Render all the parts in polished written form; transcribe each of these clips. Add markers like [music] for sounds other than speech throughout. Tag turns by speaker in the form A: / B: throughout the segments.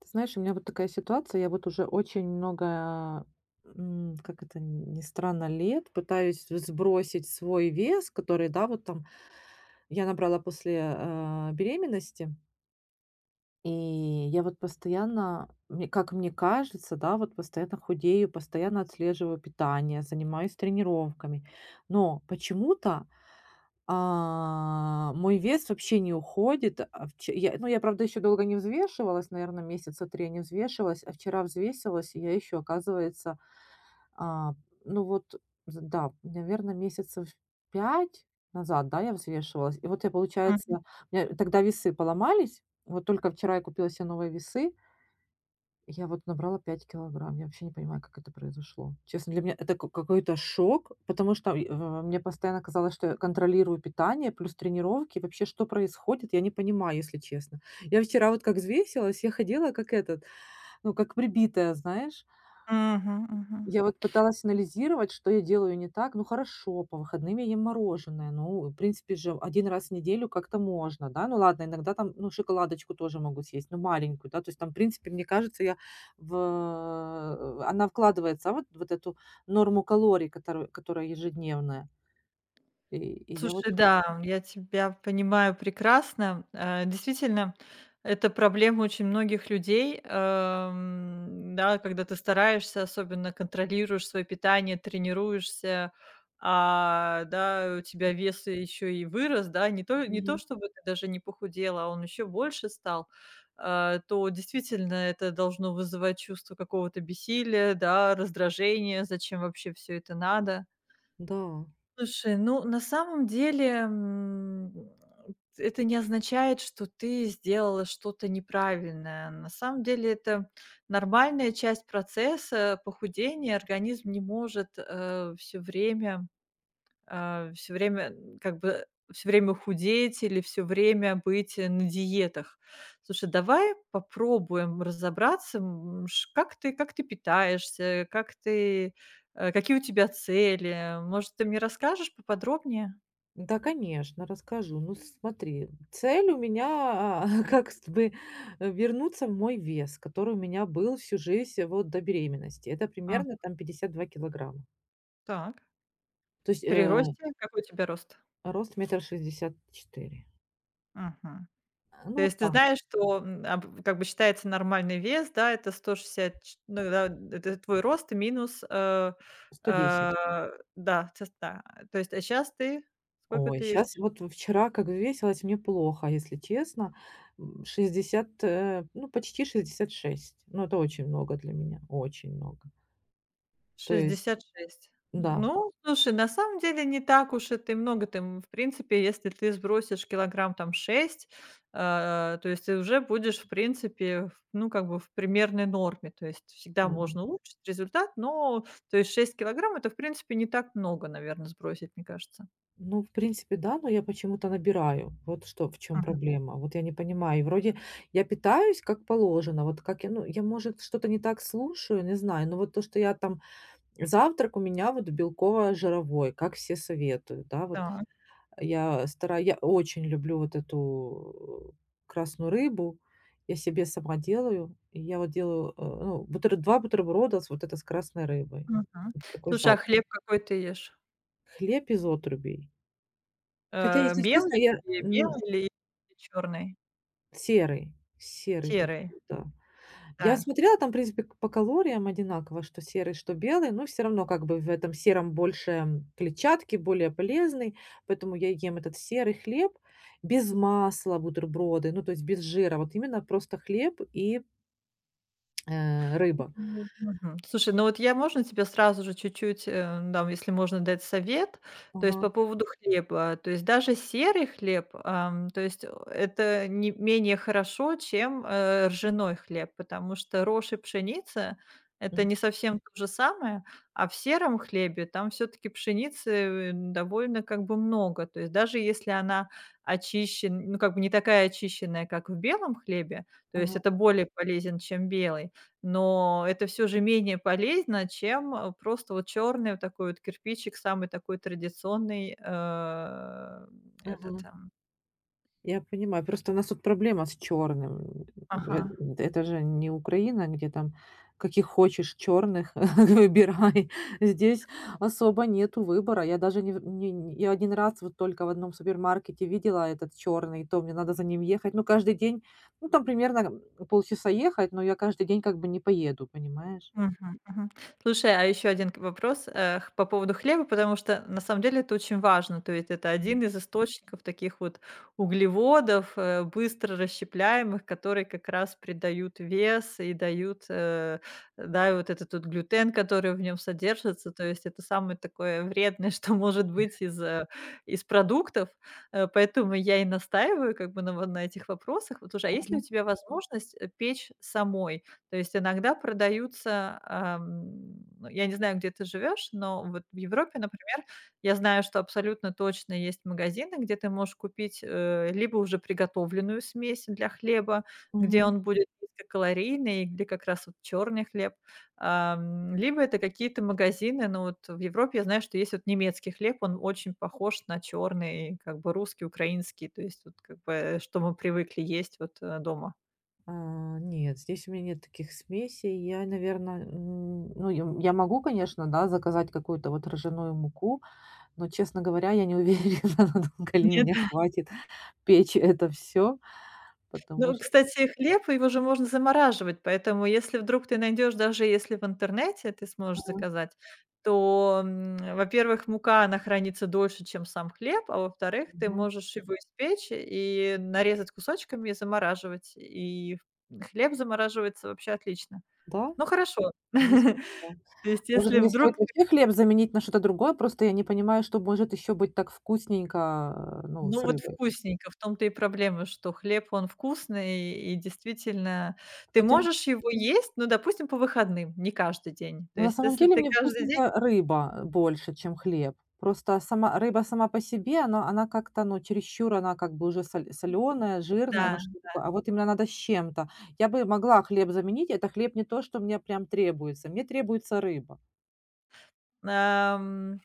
A: Ты знаешь, у меня вот такая ситуация. Я вот уже очень много, как это ни странно, лет пытаюсь сбросить свой вес, который, да, вот там я набрала после беременности. И я вот постоянно, мне кажется, да, вот постоянно худею, постоянно отслеживаю питание, занимаюсь тренировками. Но почему-то, мой вес вообще не уходит. Я, ну, правда, еще долго не взвешивалась, наверное, месяца три не взвешивалась, а вчера взвесилась, и я еще, оказывается, а, ну вот, з да, наверно, месяцев 5 назад, да, я взвешивалась. И вот я,
B: Мгм.
A: получается, у меня тогда весы поломались. Вот только вчера я купила себе новые весы. Я вот набрала 5 кг. Я вообще не понимаю, как это произошло. Честно, для меня это ка какой-то шок, потому что, мне постоянно казалось, что я контролирую питание плюс тренировки. Вообще, что происходит, я не понимаю, если честно. Я вчера вот как взвесилась, я ходила как этот, ну, как прибитая, знаешь.
B: Мгм, мгм.
A: Я вот пыталась анализировать, что я делаю не так. Ну, хорошо, по выходным я ем мороженое. Ну, в принципе же, один раз в неделю как-то можно, да. Ну, ладно, иногда там, ну, шоколадочку тоже могу съесть, ну, маленькую, да. То есть там, в принципе, мне кажется, я в она вкладывается, вот эту норму калорий, которую которая ежедневная. И я вот
B: Слушай,
A: к
B: да, я тебя понимаю прекрасно. Действительно, это проблема очень многих людей. Да, когда ты стараешься, особенно контролируешь свое питание, тренируешься, да, у тебя вес еще и вырос, да, не то, не то
A: Мгм.
B: чтобы ты даже не похудела, а он еще больше стал, то действительно это должно вызывать чувство какого-то бессилия, да, раздражения, зачем вообще все это надо.
A: Да.
B: Слушай, ну, на самом деле, это не означает, что ты сделала что-то неправильное. На самом деле это нормальная часть процесса похудения. Организм не может, время все время как бы все время худеть или все время быть на диетах. Слушай, давай попробуем разобраться, как ты питаешься, как ты, какие у тебя цели. Может, ты мне расскажешь поподробнее?
A: Да, конечно, расскажу. Ну, смотри, цель у меня, [laughs] как с бы э, вернуться в мой вес, который у меня был всю жизнь вот до беременности. Это
B: А,
A: примерно там 52 кг.
B: так.
A: То есть,
B: При росте, какой у тебя рост?
A: рост 1,64 м.
B: Мгм.
A: А, ну,
B: То
A: вот
B: есть ты
A: там,
B: знаешь, что, м, а, б как бы считается нормальный вес, да, это 160 ч ну да, это твой рост минус,
A: 110.
B: э, да, ц да. То есть, а сейчас ты сколько
A: Ой,
B: ты
A: сейчас
B: весишь?
A: вот вчера как весилась, мне плохо, если честно. 60, ну, почти 66. Ну, это очень много для меня, очень много. То есть,
B: 66.
A: да.
B: Ну, слушай, на самом деле не так уж это и много. Ты, в принципе, если ты сбросишь килограмм там 6, то есть ты уже будешь, в принципе, в ну, как бы в примерной норме. То есть всегда можно улучшить результат, но то есть 6 килограмм- это, в принципе, не так много, наверное, сбросить, мне кажется.
A: Ну, в принципе, да, но я почему-то набираю. Вот что, в чем
B: Мгм.
A: проблема. Вот я не понимаю. И вроде я питаюсь как положено. Вот как я, может, что-то не так слушаю, не знаю. Но вот то, что я там завтрак у меня вот белково-жировой, как все советуют, да. Вот
B: Так,
A: я стараюсь, я очень люблю вот эту красную рыбу. Я себе сама делаю. И я вот делаю, ну, бутер два бутерброда с красной рыбой.
B: мгм.
A: Это такой
B: Слушай, а
A: завтрак.
B: хлеб какой ты ешь?
A: Хлеб из отрубей. Хотя, если честно,
B: Белый?
A: я
B: Или
A: н
B: белый или черный?
A: серый, серый
B: Серый.
A: такой, да. Я
B: Так.
A: смотрела, там, в принципе, к по калориям одинаково, что серый, что белый, но все равно как бы в этом сером больше, клетчатки, более полезный, поэтому я ем этот серый хлеб без масла, бутерброды, ну, то есть без жира, вот именно просто хлеб и, рыба.
B: Мгм. Слушай, ну вот я можно тебе сразу же чуть-чуть, если можно дать совет, то есть
A: Ага,
B: по поводу хлеба. То есть даже серый хлеб, то есть о это не менее хорошо, чем, ржаной хлеб, потому что рожь и пшеница- это
A: мгм,
B: не совсем то же самое, а в сером хлебе там все таки пшеницы, довольно как бы много. То есть даже если она очищена, ну, как бы не такая очищенная, как в белом хлебе, то
A: ага,
B: есть это более полезен, чем белый, но это все же менее полезно, чем, просто вот черный вот такой вот кирпичик, самый такой традиционный, этот,
A: мгм.
B: эм,
A: Я понимаю, просто у нас тут проблема с черным. Э,
B: ага.
A: Это же не Украина, где там каких хочешь черных [laughs] выбирай. Здесь особо нету выбора. Я даже не, я один раз вот только в одном супермаркете видела этот черный, то мне надо за ним ехать. Ну каждый день, ну там примерно полчаса ехать, но я каждый день как бы не поеду, понимаешь?
B: Мгм, мгм. Слушай, а еще один к вопрос, э, х по поводу хлеба, потому что на самом деле это очень важно. То есть это один из источников таких вот углеводов, быстро расщепляемых, которые как раз придают вес и дают, да, и вот этот вот глютен, который в нем содержится. То есть это самое такое вредное, [laughs] что может быть из, из продуктов. Поэтому я и настаиваю как бы на этих вопросах. Вот уже, а есть ли у тебя возможность, печь самой? То есть иногда продаются, ну, я не знаю, где ты живешь, но вот в Европе, например, я знаю, что абсолютно точно есть магазины, где ты можешь купить, либо уже приготовленную смесь для хлеба, где
A: Мгм.
B: он будет низкокалорийный, где как раз вот черный хлеб, либо это какие-то магазины, ну, вот в Европе я знаю, что есть вот немецкий хлеб, он очень похож на черный, как бы русский, украинский, то есть вот как бы, что мы привыкли есть вот, дома.
A: А, нет, здесь у меня нет таких смесей. Я, наверное, ну, я могу, конечно, да, заказать какую-то вот ржаную муку, но, честно говоря, я не уверена, [laughs] надолго ли меня хватит печь это все, потому
B: Ну,
A: что,
B: кстати, хлеб, его же можно замораживать, поэтому если вдруг ты найдешь, даже если в интернете ты
A: а,
B: сможешь заказать, то, во-первых, мука, она хранится дольше, чем сам хлеб, а во-вторых, ты
A: мгм.
B: можешь его испечь и нарезать кусочками и замораживать. И хлеб замораживается вообще отлично.
A: Да,
B: Ну, хорошо.
A: не знаю.
B: [laughs]
A: Да.
B: То есть,
A: Может,
B: если
A: мне
B: вдруг
A: стоит вообще хлеб заменить на что-то другое, просто я не понимаю, что может еще быть так вкусненько, ну,
B: Ну,
A: с
B: вот
A: рыбой.
B: вкусненько. В том-то и проблема, что хлеб, он вкусный, и действительно ты
A: Хотя,
B: можешь его есть, ну, допустим, по выходным, не каждый день. То
A: Но на
B: есть,
A: самом
B: если
A: деле
B: ты
A: мне
B: каждый день
A: вкусненькая рыба, больше, чем хлеб. Просто сама рыба сама по себе, она как-то, ну, чересчур, она как бы уже соленая жирная, ну,
B: да,
A: что-то такое. А вот именно надо с чем-то. Я бы могла хлеб заменить, это хлеб не то, что мне прям требуется. Мне требуется рыба.
B: ам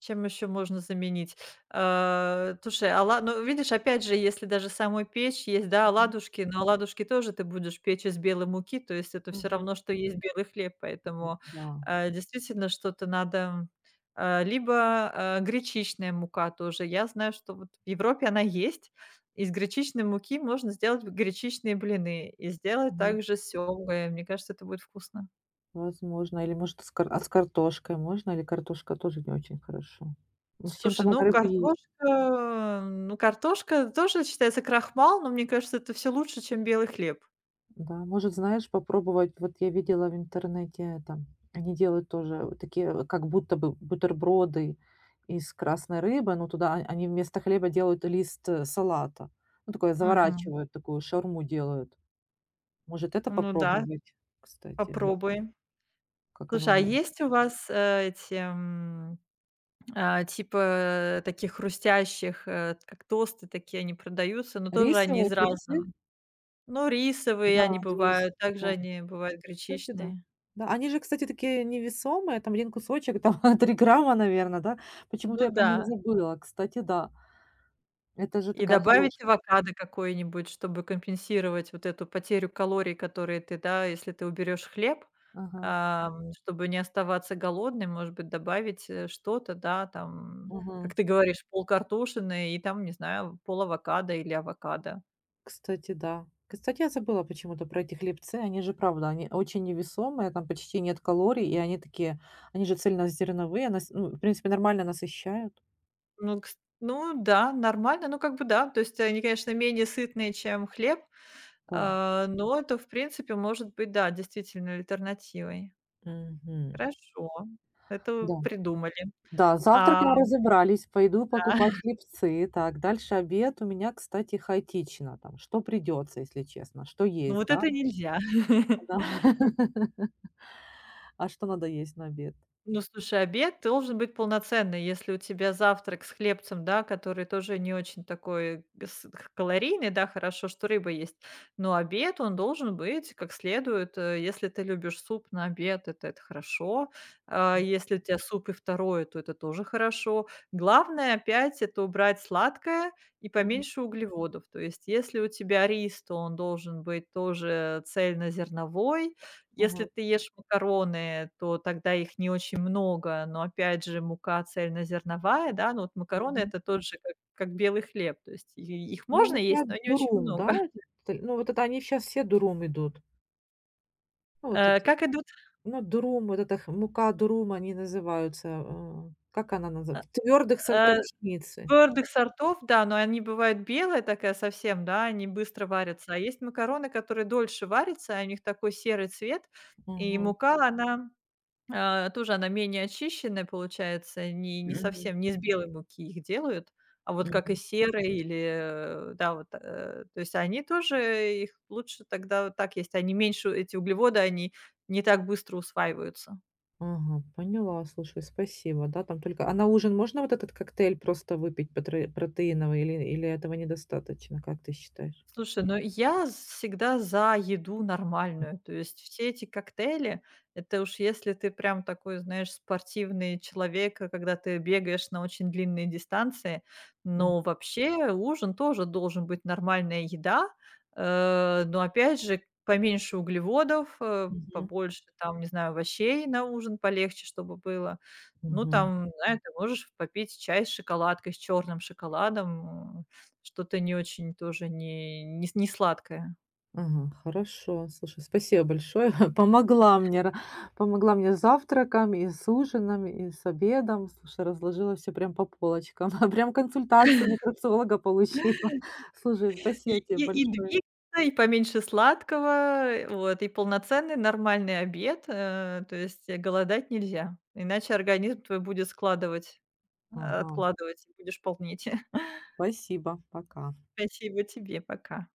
B: Чем еще можно заменить? Э, слушай, ола ну, видишь, опять же, если даже самой печь есть, да, оладушки, но оладушки тоже ты будешь печь из белой муки, то есть это все
A: Мгм.
B: равно, что есть белый хлеб, поэтому,
A: Да.
B: действительно что-то надо, гречичная мука тоже. Я знаю, что вот в Европе она есть. Из гречичной муки можно сделать гречичные блины и сделать
A: Мгм.
B: также с семгой. Мне кажется, это будет вкусно.
A: Возможно, или, может, с кар а с картошкой можно? Или картошка тоже не очень хорошо? Ну, с чем-то
B: Слушай,
A: надо
B: ну
A: рыбу есть.
B: картошка, ну картошка тоже считается крахмал, но мне кажется, это все лучше, чем белый хлеб.
A: Да, может, знаешь, попробовать. Вот я видела в интернете там, они делают тоже вот такие, как будто бы бутерброды из красной рыбы, но туда они вместо хлеба делают лист салата. Ну, такое
B: Мгм.
A: заворачивают, такую шаурму делают. Может, это
B: Ну да,
A: попробовать, кстати,
B: попробуй.
A: как оно
B: Слушай, а
A: будет.
B: есть у вас, э, эти, м, а, типа, э, таких хрустящих, как тосты такие, они продаются, но тоже они
A: Рисовые
B: из
A: хлебцы?
B: разного. Ну, рисовые
A: Да,
B: они
A: есть.
B: бывают, также
A: Да.
B: они бывают
A: Кстати, да.
B: гречичные.
A: Да, они же, кстати, такие невесомые, там один кусочек, там [laughs] 3 г, наверное, да? Почему-то
B: Ну
A: я про
B: да.
A: них забыла. Кстати, да. Это же
B: И
A: такая
B: добавить
A: хорошая.
B: авокадо какое-нибудь, чтобы компенсировать вот эту потерю калорий, которые ты, да, если ты уберешь хлеб,
A: Ага,
B: чтобы не оставаться голодным, может быть, добавить, что-то, да, там,
A: мгм.
B: как ты говоришь, полкартошины и там, не знаю, пол авокадо или авокадо.
A: Кстати, да. Кстати, я забыла почему-то про эти хлебцы. Они же, правда, они очень невесомые, там почти нет калорий, и они такие, они же цельнозерновые, ну, в принципе, нормально насыщают.
B: Ну, кс ну да, нормально, ну, как бы да. То есть они, конечно, менее сытные, чем хлеб,
A: Да.
B: но это, в принципе, может быть, да, действительно альтернативой.
A: Мгм.
B: Хорошо, это
A: Да.
B: придумали.
A: Да,
B: А
A: завтраком разобрались, пойду покупать хлебцы. Так, дальше обед у меня, кстати, хаотично. Там, что придется, если честно, что
B: Ну,
A: есть,
B: вот
A: да?
B: это нельзя.
A: Да.
B: [laughs]
A: [laughs] А что надо есть на обед?
B: Ну, слушай, обед должен быть полноценный. Если у тебя завтрак с хлебцем, да, который тоже не очень такой с калорийный, да, хорошо, что рыба есть, но обед, он должен быть как следует. Если ты любишь суп на обед, это хорошо. А, если у тебя суп и второе, то это тоже хорошо. Главное опять- это убрать сладкое и
A: Мгм.
B: поменьше углеводов. То есть если у тебя рис, то он должен быть тоже цельнозерновой. Если
A: Мгм.
B: ты ешь макароны, то тогда их не очень много, но опять же мука цельнозерновая, да, ну вот макароны-
A: Мгм.
B: это тот же, как белый хлеб, то есть и их
A: Ну, у
B: можно
A: меня
B: есть, но не очень
A: дурум,
B: много.
A: да,
B: [laughs]
A: этот, ну, вот это они сейчас все дурум идут. Ну, вот эти,
B: Как идут,
A: ну, дурум, вот эта х мука дурум, они называются, как она
B: э,
A: называется? Твердых сортов
B: э,
A: пшеницы.
B: твердых сортов, да, но они бывают белые такая совсем, да, они быстро варятся, а есть макароны, которые дольше варятся, и у них такой серый цвет, и
A: Мгм.
B: мука, она тоже она менее очищенная получается, не
A: Мгм.
B: совсем не из белой муки их делают, а вот как и
A: Мгм.
B: серые или, да, вот, то есть они тоже их лучше тогда вот так есть. Они меньше эти углеводы, они не так быстро усваиваются.
A: Ага, поняла, слушай, спасибо. Да, там только на ужин можно вот этот коктейль просто выпить потре протеиновый или этого недостаточно, как ты считаешь?
B: Слушай, ну я всегда за еду нормальную. То есть все эти коктейли- это уж если ты прям такой, знаешь, спортивный человек, когда ты бегаешь на очень длинные дистанции.
A: М.
B: Но вообще ужин тоже должен быть нормальная еда. Но опять же, поменьше углеводов,
A: Мгм.
B: побольше там, не знаю, овощей на ужин, полегче чтобы было. Ну
A: Мгм.
B: там, знаешь, ты можешь попить чай с шоколадкой, с черным шоколадом, что-то не очень тоже не сладкое.
A: Ага, хорошо. Слушай, спасибо большое. [laughs] Помогла мне, помогла мне с завтраком, и с ужином, и с обедом. Слушай, разложила все прям по полочкам. [laughs] Прям консультацию нутрициолога получила. [laughs] Слушай,
B: И
A: спасибо тебе
B: и и
A: большое.
B: двигаться, и поменьше сладкого, вот, и полноценный нормальный обед. Голодать нельзя, иначе организм твой будет складывать,
A: Ага,
B: откладывать, и будешь полнеть. [laughs]
A: спасибо. Пока.
B: Спасибо тебе, пока.